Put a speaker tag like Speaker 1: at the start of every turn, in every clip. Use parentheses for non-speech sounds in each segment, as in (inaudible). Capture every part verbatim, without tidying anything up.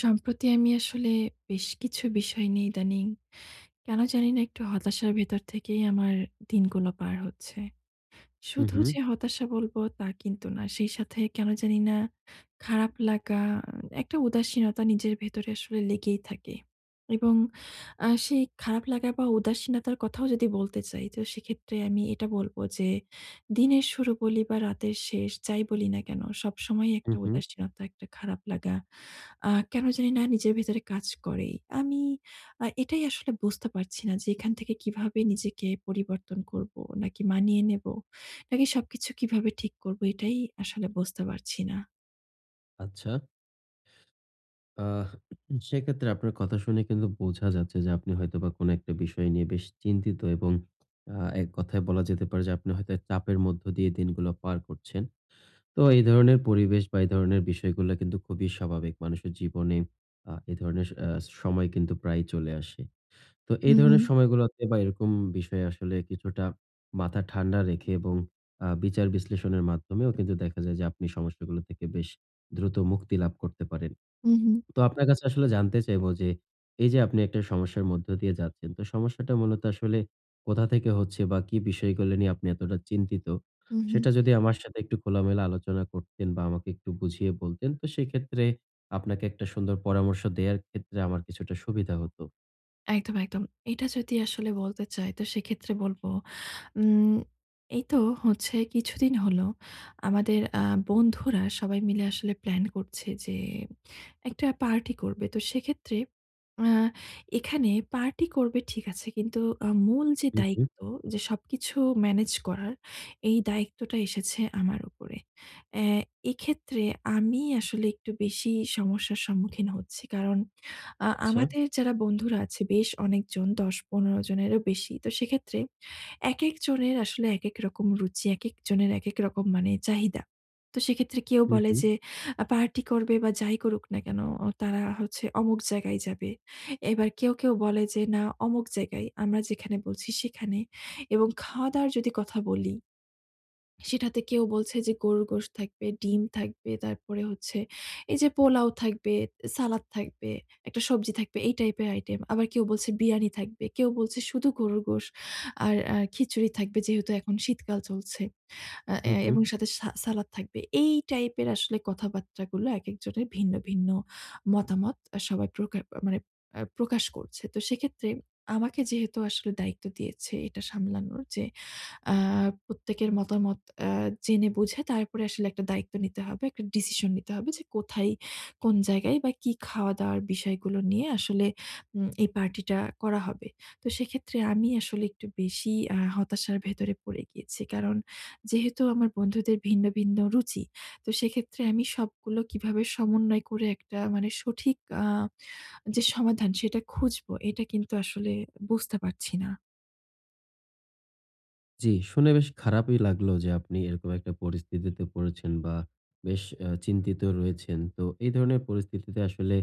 Speaker 1: সম্প্রতি আমি আসলে বেশ কিছু বিষয় নিয়ে ইদানিং কেন জানি না একটু হতাশার ভেতর থেকেই আমার দিনগুলো পার হচ্ছে।
Speaker 2: হুম,
Speaker 1: শুধু
Speaker 2: হুম,
Speaker 1: যে হতাশা বলবো তা কিন্তু না। সেই সাথে কেন জানি না খারাপ লাগা, একটা উদাসীনতা নিজের ভেতরে আসলে লেগেই থাকে। এবং আ সেই খারাপ লাগা বা উদাসীনতার কথাও যদি বলতে চাই তো সেক্ষেত্রে আমি এটা বলব যে দিনের শুরু বলি বা রাতের শেষ যাই বলি না কেন সবসময়ই একটা
Speaker 2: হুম, হুম।
Speaker 1: উদাসীনতা, একটা খারাপ লাগা আ কেন জানি না নিজের ভেতরে কাজ করে। আমি আ এটাই আসলে বুঝতে পারছি না যে এখান থেকে কিভাবে নিজেকে পরিবর্তন করবো? নাকি মানিয়ে নেবো? নাকি সবকিছু কিভাবে ঠিক করবো? এটাই আসলে বুঝতে পারছি না।
Speaker 2: আচ্ছা। আহ সেক্ষেত্রে আপনার কথা শুনে কিন্তু বোঝা যাচ্ছে যে আপনি হয়তোবা কোনো একটা বিষয় নিয়ে বেশ চিন্তিত, এবং আ এক কথায় বলা যেতে পারে যে আপনি হয়তো চাপের মধ্য দিয়ে দিনগুলো পার করছেন। তো এই ধরনের পরিবেশ বা এই ধরনের বিষয়গুলো কিন্তু খুবই স্বাভাবিক। মানুষের জীবনে আ এ ধরনের আ সময় কিন্তু প্রায়ই চলে আসে। তো
Speaker 1: হু,
Speaker 2: এই
Speaker 1: হু,
Speaker 2: ধরনের সময়গুলোতে বা এরকম বিষয়ে আসলে কিছুটা মাথা ঠান্ডা রেখে এবং আ বিচার বিশ্লেষণের মাধ্যমেও কিন্তু দেখা যায় যে আপনি সমস্যাগুলো থেকে বেশ দ্রুত মুক্তি লাভ করতে পারেন।
Speaker 1: হু, হু,
Speaker 2: তো আপনার কাছে আসলে জানতে চাইবো যে, এই যে আপনি একটা সমস্যার মধ্য দিয়ে যাচ্ছেন, তো সমস্যাটা মূলত আসলে কোথা থেকে হচ্ছে বা কি বিষয়গুলো নিয়ে আপনি এতটা চিন্তিত?
Speaker 1: হু, হু।
Speaker 2: সেটা যদি আমার সাথে একটু খোলামেলা আলোচনা করতেন বা আমাকে একটু বুঝিয়ে বলতেন, তো সেক্ষেত্রে আপনাকে একটা সুন্দর পরামর্শ দেয়ার ক্ষেত্রে আমার কিছুটা সুবিধা হতো।
Speaker 1: একদম, একদম। এটা যদি আসলে বলতে চাই তো সেক্ষেত্রে বলব উম এই তো হচ্ছে, কিছুদিন হলো আমাদের আ বন্ধুরা সবাই মিলে আসলে প্ল্যান করছে যে একটা পার্টি করবে। তো সেক্ষেত্রে আ এখানে পার্টি করবে ঠিক আছে, কিন্তু আ মূল যে
Speaker 2: হু, হু।
Speaker 1: দায়িত্ব, যে সবকিছু ম্যানেজ করার, এই দায়িত্বটা এসেছে আমার উপরে। অ্যা এক্ষেত্রে আমি আসলে একটু বেশি সমস্যার সম্মুখীন হচ্ছি। কারণ আ
Speaker 2: আচ্ছা।
Speaker 1: আমাদের যারা বন্ধুরা আছে বেশ অনেকজন, দশ পনের জনেরও বেশি। তো সেক্ষেত্রে একেক জনের আসলে একেক রকম রুচি, একেক জনের একেক রকম মানে চাহিদা। তো সেক্ষেত্রে কেউ
Speaker 2: হুম,
Speaker 1: বলে
Speaker 2: হুম,
Speaker 1: যে আ পার্টি করবে বা যাই করুক না কেন অ তারা হচ্ছে অমুক জায়গায় যাবে। এবার কেউ, কেউ বলে যে না, অমুক জায়গায় আমরা যেখানে বলছি সেখানে। এবং খাওয়া-দাওয়ার যদি কথা বলি, সেটাতে কেউ বলছে যে গরুর গোশত থাকবে, ডিম থাকবে, তারপরে হচ্ছে এই যে পোলাও থাকবে, সালাদ থাকবে, একটা সবজি থাকবে, এই টাইপের আইটেম। আবার কেউ বলছে বিরিয়ানি থাকবে, কেউ বলছে শুধু গরুর গোশত আর আ খিচুড়ি থাকবে যেহেতু এখন শীতকাল চলছে। আ এ
Speaker 2: হুম, হুম।
Speaker 1: এবং সাথে সা সালাদ থাকবে। এই টাইপের আসলে কথাবার্তাগুলো, একেকজনের ভিন্ন, ভিন্ন মতামত আ সবাই প্রকা মানে আ প্রকাশ করছে। তো সেক্ষেত্রে আমাকে যেহেতু আসলে দায়িত্ব দিয়েছে এটা সামলানোর, যে আ প্রত্যেকের মতামত আ জেনে বুঝে তারপরে আসলে একটা দায়িত্ব নিতে হবে, একটা ডিসিশন নিতে হবে যে কোথায়, কোন জায়গায় বা কি খাওয়া-দাওয়ার বিষয়গুলো নিয়ে আসলে উম এই পার্টিটা করা হবে। তো সেক্ষেত্রে আমি আসলে একটু বেশি আ হতাশার ভেতরে পড়ে গিয়েছি। কারণ যেহেতু আমার বন্ধুদের ভিন্ন, ভিন্ন রুচি। তো সেক্ষেত্রে আমি সবগুলো কিভাবে সমন্বয় করে একটা মানে সঠিক আ যে সমাধান, সেটা খুঁজবো এটা কিন্তু আসলে বুঝতে পারছি না।
Speaker 2: জি, শুনে বেশ খারাপই লাগলো যে আপনি এরকম একটা পরিস্থিতিতে পড়েছেন বা বেশ আ চিন্তিত রয়েছেন। তো এই ধরনের পরিস্থিতিতে আসলে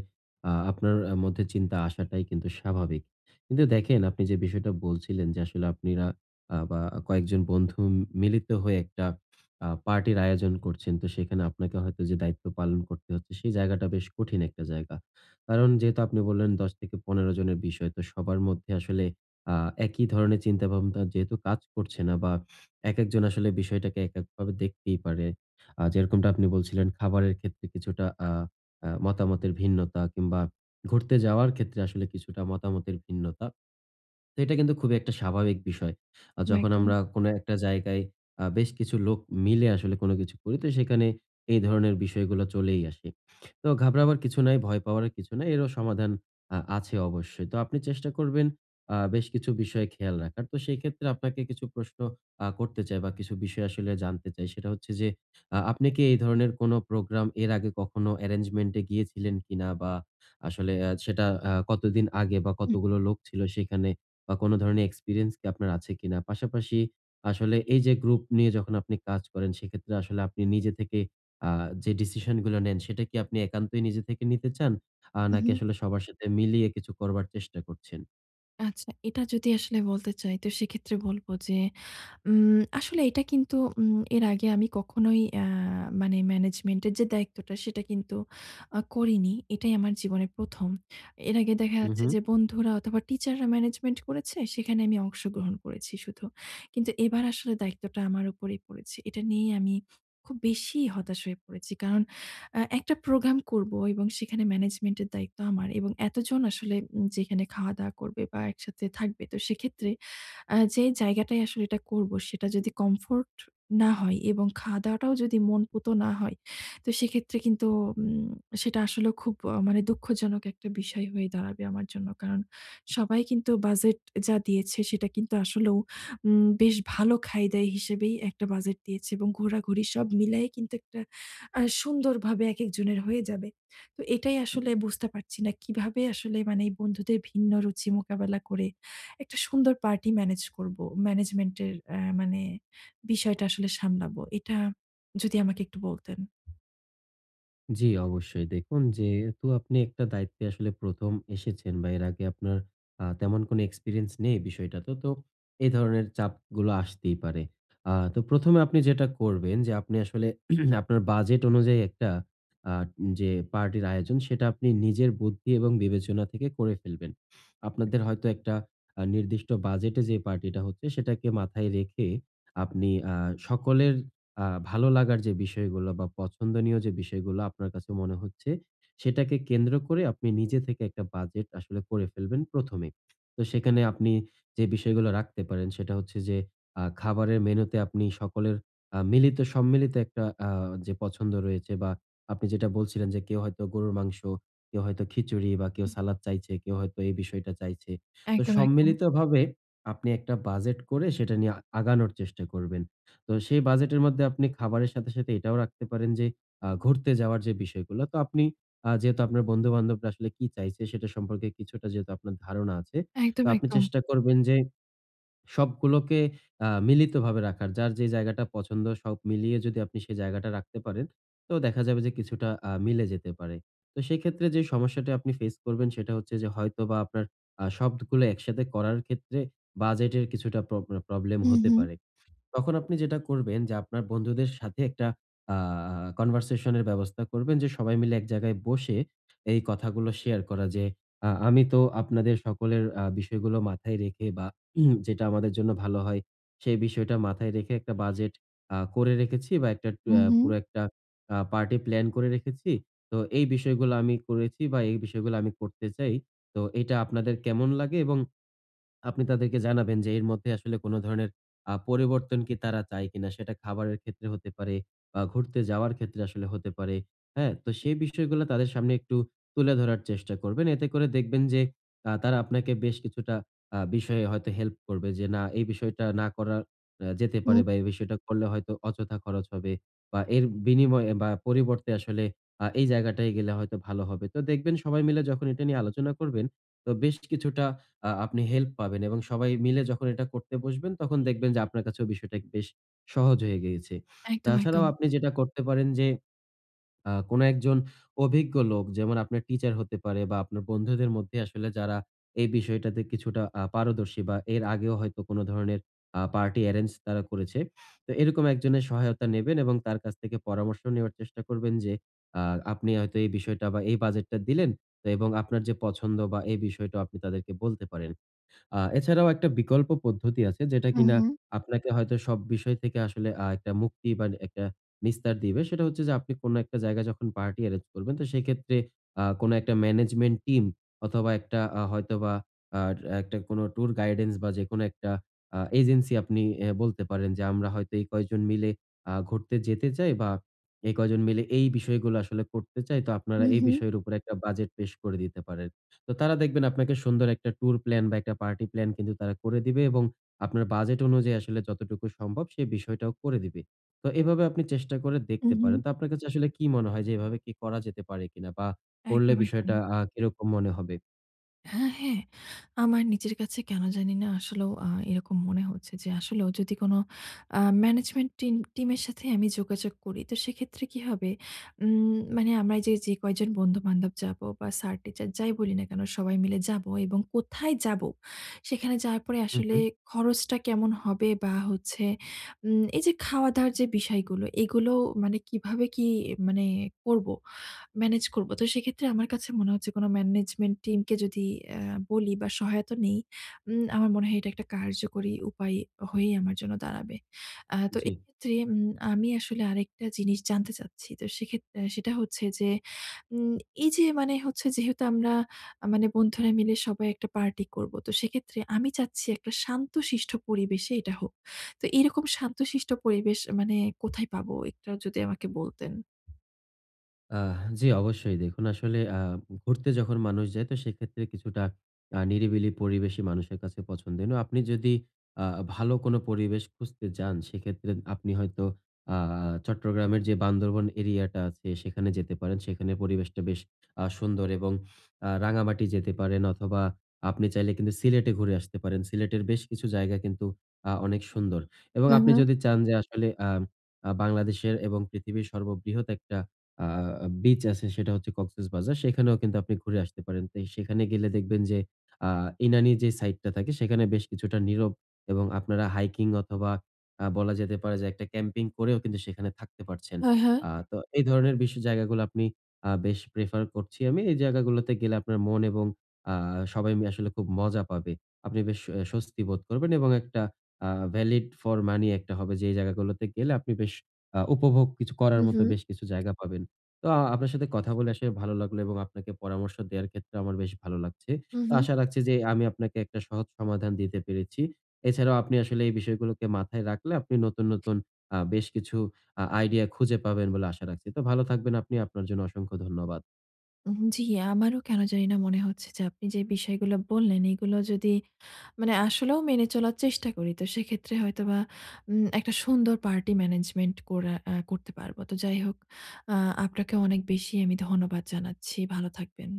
Speaker 2: আ আপনার আ মধ্যে চিন্তা আসাটাই কিন্তু স্বাভাবিক। কিন্তু দেখেন, আপনি যে বিষয়টা বলছিলেন যে আসলে আপনিরা আ বা কয়েকজন বন্ধু মিলিত হয়ে একটা আ পার্টির আয়োজন করছেন। তো সেখানে আপনাকে হয়তো যে দায়িত্ব পালন করতে হচ্ছে সেই জায়গাটা বেশ কঠিন একটা জায়গা। কারণ যেহেতু আপনি বললেন দশ থেকে পনেরো জনের বিষয়, তো সবার মধ্যে আসলে আ একই ধরনের চিন্তাভাবনা যেহেতু কাজ করছে না, বা একেকজন আসলে বিষয়টাকে এককভাবে দেখতেই পারে। আ যেরকমটা আপনি বলছিলেন, খাবারের ক্ষেত্রে কিছুটা আ আ মতামতের ভিন্নতা, কিংবা ঘুরতে যাওয়ার ক্ষেত্রে আসলে কিছুটা মতামতের ভিন্নতা। তো এটা কিন্তু খুবই একটা স্বাভাবিক বিষয়। আ যখন
Speaker 1: একদম।
Speaker 2: আমরা কোনো একটা জায়গায় আ বেশ কিছু লোক মিলে আসলে কোনো কিছু করি, তো সেখানে এই ধরনের বিষয়গুলো চলেই আসে। তো ঘাবড়াবার কিছু নাই, ভয় পাওয়ারও কিছু নাই। এরও সমাধান আ আছে অবশ্যই। তো আপনি চেষ্টা করবেন আ বেশ কিছু বিষয়ে খেয়াল রাখার। তো সেই ক্ষেত্রে আপনাকে কিছু প্রশ্ন আ করতে চাই বা কিছু বিষয় আসলে জানতে চাই। সেটা হচ্ছে যে, আ আপনি কি এই ধরনের কোনো প্রোগ্রাম এর আগে কখনো অ্যারেঞ্জমেন্ট এ গিয়েছিলেন কিনা? বা আসলে আ সেটা আ কতদিন আগে, বা
Speaker 1: হুম,
Speaker 2: কতগুলো লোক ছিল সেখানে? বা কোনো ধরনের এক্সপেরিয়েন্স কি আপনার আছে কিনা? পাশাপাশি আসলে এই যে গ্রুপ নিয়ে যখন আপনি কাজ করেন, সেক্ষেত্রে আসলে আপনি নিজে থেকে আ যে ডিসিশন গুলো নেন সেটা কি আপনি একান্তই নিজে থেকে নিতে চান? আ নাকি
Speaker 1: হুম।
Speaker 2: আসলে সবার সাথে মিলিয়ে কিছু করবার চেষ্টা করছেন?
Speaker 1: আচ্ছা, এটা যদি আসলে বলতে চাই তো সেক্ষেত্রে বলব যে উম আসলে এটা কিন্তু উম এর আগে আমি কখনোই আ মানে ম্যানেজমেন্টের যে দায়িত্বটা, সেটা কিন্তু আ করিনি। এটাই আমার জীবনে প্রথম। এর আগে দেখা
Speaker 2: হু,
Speaker 1: যাচ্ছে
Speaker 2: হু।
Speaker 1: যে বন্ধুরা অথবা টিচাররা ম্যানেজমেন্ট করেছে, সেখানে আমি অংশগ্রহণ করেছি শুধু। কিন্তু এবার আসলে দায়িত্বটা আমার উপরেই পড়েছে। এটা নিয়ে আমি খুব বেশি হতাশ হয়ে পড়েছি। কারণ আ একটা প্রোগ্রাম করব এবং সেখানে ম্যানেজমেন্টের দায়িত্ব আমার, এবং এতজন আসলে উম যেখানে খাওয়া-দাওয়া করবে বা একসাথে থাকবে। তো সেক্ষেত্রে আ যেই জায়গাটায় আসলে এটা করব সেটা যদি কমফোর্ট না হয় এবং খাওয়া-দাওয়াটাও যদি মনপুত না হয়, তো সেক্ষেত্রে কিন্তু উম সেটা আসলেও খুব আ মানে দুঃখজনক একটা বিষয় হয়ে দাঁড়াবে আমার জন্য। কারণ সবাই কিন্তু বাজেট যা দিয়েছে সেটা কিন্তু আসলেও উম বেশ ভালো খাই-দাই হিসেবেই একটা বাজেট দিয়েছে, এবং ঘোরাঘুরি সব মিলায়ে কিন্তু একটা আ সুন্দরভাবে একেকজনের হয়ে যাবে। তো এটাই আসলে বুঝতে পারছি না কিভাবে আসলে মানে এই বন্ধুদের ভিন্ন রুচি মোকাবেলা করে একটা সুন্দর পার্টি ম্যানেজ করব। ম্যানেজমেন্টের অ্যা মানে বিষয়টা আসলে সামলাবো। এটা যদি আমাকে একটু বলতেন।
Speaker 2: জি, অবশ্যই। দেখুন, যেহেতু আপনি একটা দায়িত্বে আসলে প্রথম এসেছেন, বা এর আগে আপনার আ তেমন কোনো এক্সপেরিয়েন্স নেই বিষয়টাতে। তো তো এই ধরনের চাপগুলো আসতেই পারে। আ তো প্রথম এ আপনি যেটা করবেন যে, আপনি আসলে (clears throat) আপনার বাজেট অনুযায়ী একটা আ যে পার্টির আয়োজন সেটা আপনি নিজের বুদ্ধি এবং বিবেচনা থেকে করে ফেলবেন। আপনাদের হয়তো একটা আ নির্দিষ্ট বাজেটে যে পার্টিটা হচ্ছে সেটাকে মাথায় রেখে আপনি আ সকলের আ ভালো লাগার যে বিষয়গুলো বা পছন্দনীয় যে বিষয়গুলো আপনার কাছে মনে হচ্ছে, সেটাকে কেন্দ্র করে আপনি নিজে থেকে একটা বাজেট আসলে করে ফেলবেন প্রথম এ। তো সেখানে আপনি যে বিষয়গুলো রাখতে পারেন সেটা হচ্ছে যে, আ খাবারের মেনুতে আপনি সকলের আ মিলিত সম্মিলিত একটা আ যে পছন্দ রয়েছে, বা আপনি যেটা বলছিলেন যে, কেউ হয়তো গরুর মাংস, কেউ হয়তো খিচুড়ি বা কেউ সালাদ চাইছে, কেউ হয়তো এই বিষয়টা চাইছে। তো
Speaker 1: একদম, একদম।
Speaker 2: সম্মিলিতভাবে আপনি একটা বাজেট করে সেটা নিয়ে আগানোর চেষ্টা করবেন। তো সেই বাজেটের মধ্যে আপনি খাবারের সাথে, সাথে এটাও রাখতে পারেন যে, আ ঘুরতে যাওয়ার যে বিষয়গুলো। তো আপনি আ যেহেতু আপনার বন্ধু-বান্ধবরা আসলে কি চাইছে সেটা সম্পর্কে কিছুটা যেহেতু আপনার ধারণা আছে। তো
Speaker 1: একদম,
Speaker 2: আপনি
Speaker 1: একদম।
Speaker 2: চেষ্টা করবেন যে, সবগুলোকে আ মিলিতভাবে রাখার। যার যে জায়গাটা পছন্দ, সব মিলিয়ে যদি আপনি সেই জায়গাটা রাখতে পারেন, তো দেখা যাবে যে কিছুটা আ মিলে যেতে পারে। তো সেক্ষেত্রে যে সমস্যাটা আপনি ফেস করবেন সেটা হচ্ছে যে, হয়তোবা আপনার আ সবগুলো একসাথে করার ক্ষেত্রে বাজেটের কিছুটা প্রব প্রবলেম হতে
Speaker 1: উহু,
Speaker 2: পারে। তখন আপনি যেটা করবেন যে, আপনার বন্ধুদের সাথে একটা আ কনভারসেশন এর ব্যবস্থা করবেন, যে সবাই মিলে এক জায়গায় বসে এই কথাগুলো শেয়ার করা যে, আ আমি তো আপনাদের সকলের আ বিষয়গুলো মাথায় রেখে, বা উম, যেটা আমাদের জন্য ভালো হয় সেই বিষয়টা মাথায় রেখে একটা বাজেট আ করে রেখেছি, বা একটা আ
Speaker 1: উহু,
Speaker 2: পুরো একটা আ পার্টি প্ল্যান করে রেখেছি। তো এই বিষয়গুলো আমি করেছি, বা এই বিষয়গুলো আমি করতে চাই। তো এটা আপনাদের কেমন লাগে, এবং আপনি তাদেরকে জানাবেন যে এর মধ্যে আসলে কোন ধরনের আ পরিবর্তন কি তারা চায় কিনা? সেটা খাবারের ক্ষেত্রে হতে পারে, বা ঘুরতে যাওয়ার ক্ষেত্রে আসলে হতে পারে। হ্যাঁ? তো সেই বিষয়গুলো তাদের সামনে একটু তুলে ধরার চেষ্টা করবেন। এতে করে দেখবেন যে আ তারা আপনাকে বেশ কিছুটা আ বিষয়ে হয়তো হেল্প করবে, যে না এই বিষয়টা না করা আ যেতে
Speaker 1: হু।
Speaker 2: পারে, বা এই বিষয়টা করলে হয়তো অযথা খরচ হবে, বা এর বিনিময়ে বা পরিবর্তে আসলে আ এই জায়গাটায় গেলে হয়তো ভালো হবে। তো দেখবেন, সবাই মিলে যখন এটা নিয়ে আলোচনা করবেন তো বেশ কিছুটা আ আপনি হেল্প পাবেন, এবং সবাই মিলে যখন এটা করতে বসবেন তখন দেখবেন যে আপনার কাছেও বিষয়টা বেশ সহজ হয়ে গিয়েছে।
Speaker 1: একদম,
Speaker 2: তাছাড়াও
Speaker 1: একদম।
Speaker 2: আপনি যেটা করতে পারেন যে, আ কোন একজন অভিজ্ঞ লোক, যেমন আপনার টিচার হতে পারে, বা আপনার বন্ধুদের মধ্যে আসলে যারা এই বিষয়টাতে কিছুটা আ পারদর্শী, বা এর আগেও হয়তো কোন ধরনের আ পার্টি এরেঞ্জ তারা করেছে। তো এরকম একজনের সহায়তা নেবেন এবং তার কাছ থেকে পরামর্শ নেওয়ার চেষ্টা করবেন যে, আ আপনি হয়তো এই বিষয়টা বা এই বাজেটটা দিলেন, তো এবং আপনার যে পছন্দ বা এই বিষয়টা আপনি তাদেরকে বলতে পারেন। আ এছাড়াও একটা বিকল্প পদ্ধতি আছে, যেটা কিনা আপনাকে হয়তো সব বিষয় থেকে আসলে আ একটা মুক্তি বা একটা নিস্তার দিবে। সেটা হচ্ছে যে, আপনি কোনো একটা জায়গায় যখন পার্টি এরেঞ্জ করবেন তো সেক্ষেত্রে আ কোনো একটা ম্যানেজমেন্ট টিম, অথবা একটা আ হয়তোবা আ একটা কোনো ট্যুর গাইডেন্স, বা যেকোনো একটা আ এজেন্সি আপনি এ বলতে পারেন যে, "আমরা হয়তো এই কয়জন মিলে আ ঘুরতে যেতে চাই, বা এই কয়জন মিলে এই বিষয়গুলো আসলে করতে চাই। তো আপনারা এই
Speaker 1: উহু,
Speaker 2: বিষয়ের উপরে একটা বাজেট পেশ করে দিতে পারেন।" তো তারা দেখবেন আপনাকে সুন্দর একটা ট্যুর প্ল্যান বা একটা পার্টি প্ল্যান কিন্তু তারা করে দিবে, এবং আপনার বাজেট অনুযায়ী আসলে যতটুকু সম্ভব সেই বিষয়টাও করে দিবে। তো এভাবে আপনি চেষ্টা করে দেখতে
Speaker 1: উহু।
Speaker 2: পারেন। তো আপনার কাছে আসলে কি মনে হয়, যে এভাবে কি করা যেতে পারে কিনা? বা করলে
Speaker 1: একদম, একদম।
Speaker 2: বিষয়টা আ কিরকম মনে হবে?
Speaker 1: হ্যাঁ, হ্যাঁ। আমার নিজের কাছে কেন জানি না আসলেও আ এরকম মনে হচ্ছে যে আসলেও যদি কোনো আ ম্যানেজমেন্ট টিম টিমের সাথে আমি যোগাযোগ করি তো সেক্ষেত্রে কি হবে? উম মানে আমরা যে, যে কয়জন বন্ধু-বান্ধব যাবো, বা স্যার টিচার যাই বলি না কেন সবাই মিলে যাবো, এবং কোথায় যাবো? সেখানে যাওয়ার পরে
Speaker 2: হু,
Speaker 1: আসলে
Speaker 2: হু।
Speaker 1: খরচটা কেমন হবে? বা হচ্ছে উম এই যে খাওয়া-দাওয়ার যে বিষয়গুলো, এগুলো মানে কিভাবে, কি মানে করব? ম্যানেজ করব। তো সেক্ষেত্রে আমার কাছে মনে হচ্ছে কোনো ম্যানেজমেন্ট টিমকে যদি অ্যা বলি বা সহায়তা নেই, উম আমার মনে হয় এটা একটা কার্যকরী উপায় হয়েই আমার জন্য দাঁড়াবে। আ তো
Speaker 2: জি।
Speaker 1: এক্ষেত্রে উম আমি আসলে আরেকটা জিনিস জানতে চাচ্ছি। তো সেক্ষেত অ্যা সেটা হচ্ছে যে, উম এই যে মানে হচ্ছে যেহেতু আমরা আ মানে বন্ধুরা মিলে সবাই একটা পার্টি করব। তো সেক্ষেত্রে আমি চাচ্ছি একটা শান্তশিষ্ট পরিবেশে এটা হোক। তো এরকম শান্তশিষ্ট পরিবেশ মানে কোথায় পাবো? একটাও যদি আমাকে বলতেন।
Speaker 2: আহ জি, অবশ্যই। দেখুন, আসলে আ ঘুরতে যখন মানুষ যায়, তো সেক্ষেত্রে কিছুটা আ নিরিবিলি পরিবেশই মানুষের কাছে পছন্দনীয়। আপনি যদি আ ভালো কোনো পরিবেশ খুঁজতে যান, সেক্ষেত্রে আপনি হয়তো আ চট্টগ্রামের যে বান্দরবন এরিয়াটা আছে সেখানে যেতে পারেন। সেখানে পরিবেশটা বেশ আ সুন্দর, এবং আ রাঙামাটি যেতে পারেন, অথবা আপনি চাইলে কিন্তু সিলেটে ঘুরে আসতে পারেন। সিলেটের বেশ কিছু জায়গা কিন্তু আ অনেক সুন্দর, এবং
Speaker 1: হ্যাঁ,
Speaker 2: আপনি
Speaker 1: হ্যাঁ।
Speaker 2: যদি চান যে আসলে আ আ বাংলাদেশের এবং পৃথিবীর সর্ববৃহৎ একটা আ বিচ আছে সেটা হচ্ছে কক্সবাজার। সেখানেও কিন্তু আপনি ঘুরে আসতে পারেন। তাই সেখানে গেলে দেখবেন যে আ ইনানি যে সাইডটা থাকে সেখানে বেশ কিছুটা নীরব, এবং আপনারা হাইকিং, অথবা আ বলা যেতে পারে যে একটা ক্যাম্পিং করেও কিন্তু সেখানে থাকতে পারছেন।
Speaker 1: হ্যাঁ, হ্যাঁ।
Speaker 2: আ তো এই ধরনের বিশ জায়গাগুলো আপনি আ বেশ প্রেফার করছি আমি। এই জায়গাগুলোতে গেলে আপনার মন এবং আ সবাই মিলে আসলে খুব মজা পাবে। আপনি বেশ আ স্বস্তি বোধ করবেন, এবং একটা আ ভ্যালিড ফর মানি একটা হবে, যে এই জায়গাগুলোতে গেলে আপনি বেশ আ উপভোগ কিছু
Speaker 1: হু,
Speaker 2: করার
Speaker 1: হু,
Speaker 2: মতো বেশ কিছু জায়গা পাবেন। তো আ আপনার সাথে কথা বলে আসলে ভালো লাগলো, এবং আপনাকে পরামর্শ দেওয়ার ক্ষেত্রে আমার বেশ ভালো লাগছে।
Speaker 1: হু,
Speaker 2: তো
Speaker 1: হু।
Speaker 2: আশা রাখছি যে আমি আপনাকে একটা সহজ সমাধান দিতে পেরেছি। এছাড়াও আপনি আসলে এই বিষয়গুলোকে মাথায় রাখলে আপনি নতুন, নতুন আ বেশ কিছু আ আইডিয়া খুঁজে পাবেন বলে আশা রাখছি। তো ভালো থাকবেন আপনি। আপনার জন্য অসংখ্য ধন্যবাদ।
Speaker 1: উম জি, আমারও কেন জানি না মনে হচ্ছে যে আপনি যে বিষয়গুলো বললেন, এগুলো যদি মানে আসলেও মেনে চলার চেষ্টা করি তো সেক্ষেত্রে হয়তোবা উম একটা সুন্দর পার্টি ম্যানেজমেন্ট করা আ করতে পারব। তো যাই হোক, আ আপনাকে অনেক বেশি আমি ধন্যবাদ জানাচ্ছি। ভালো থাকবেন।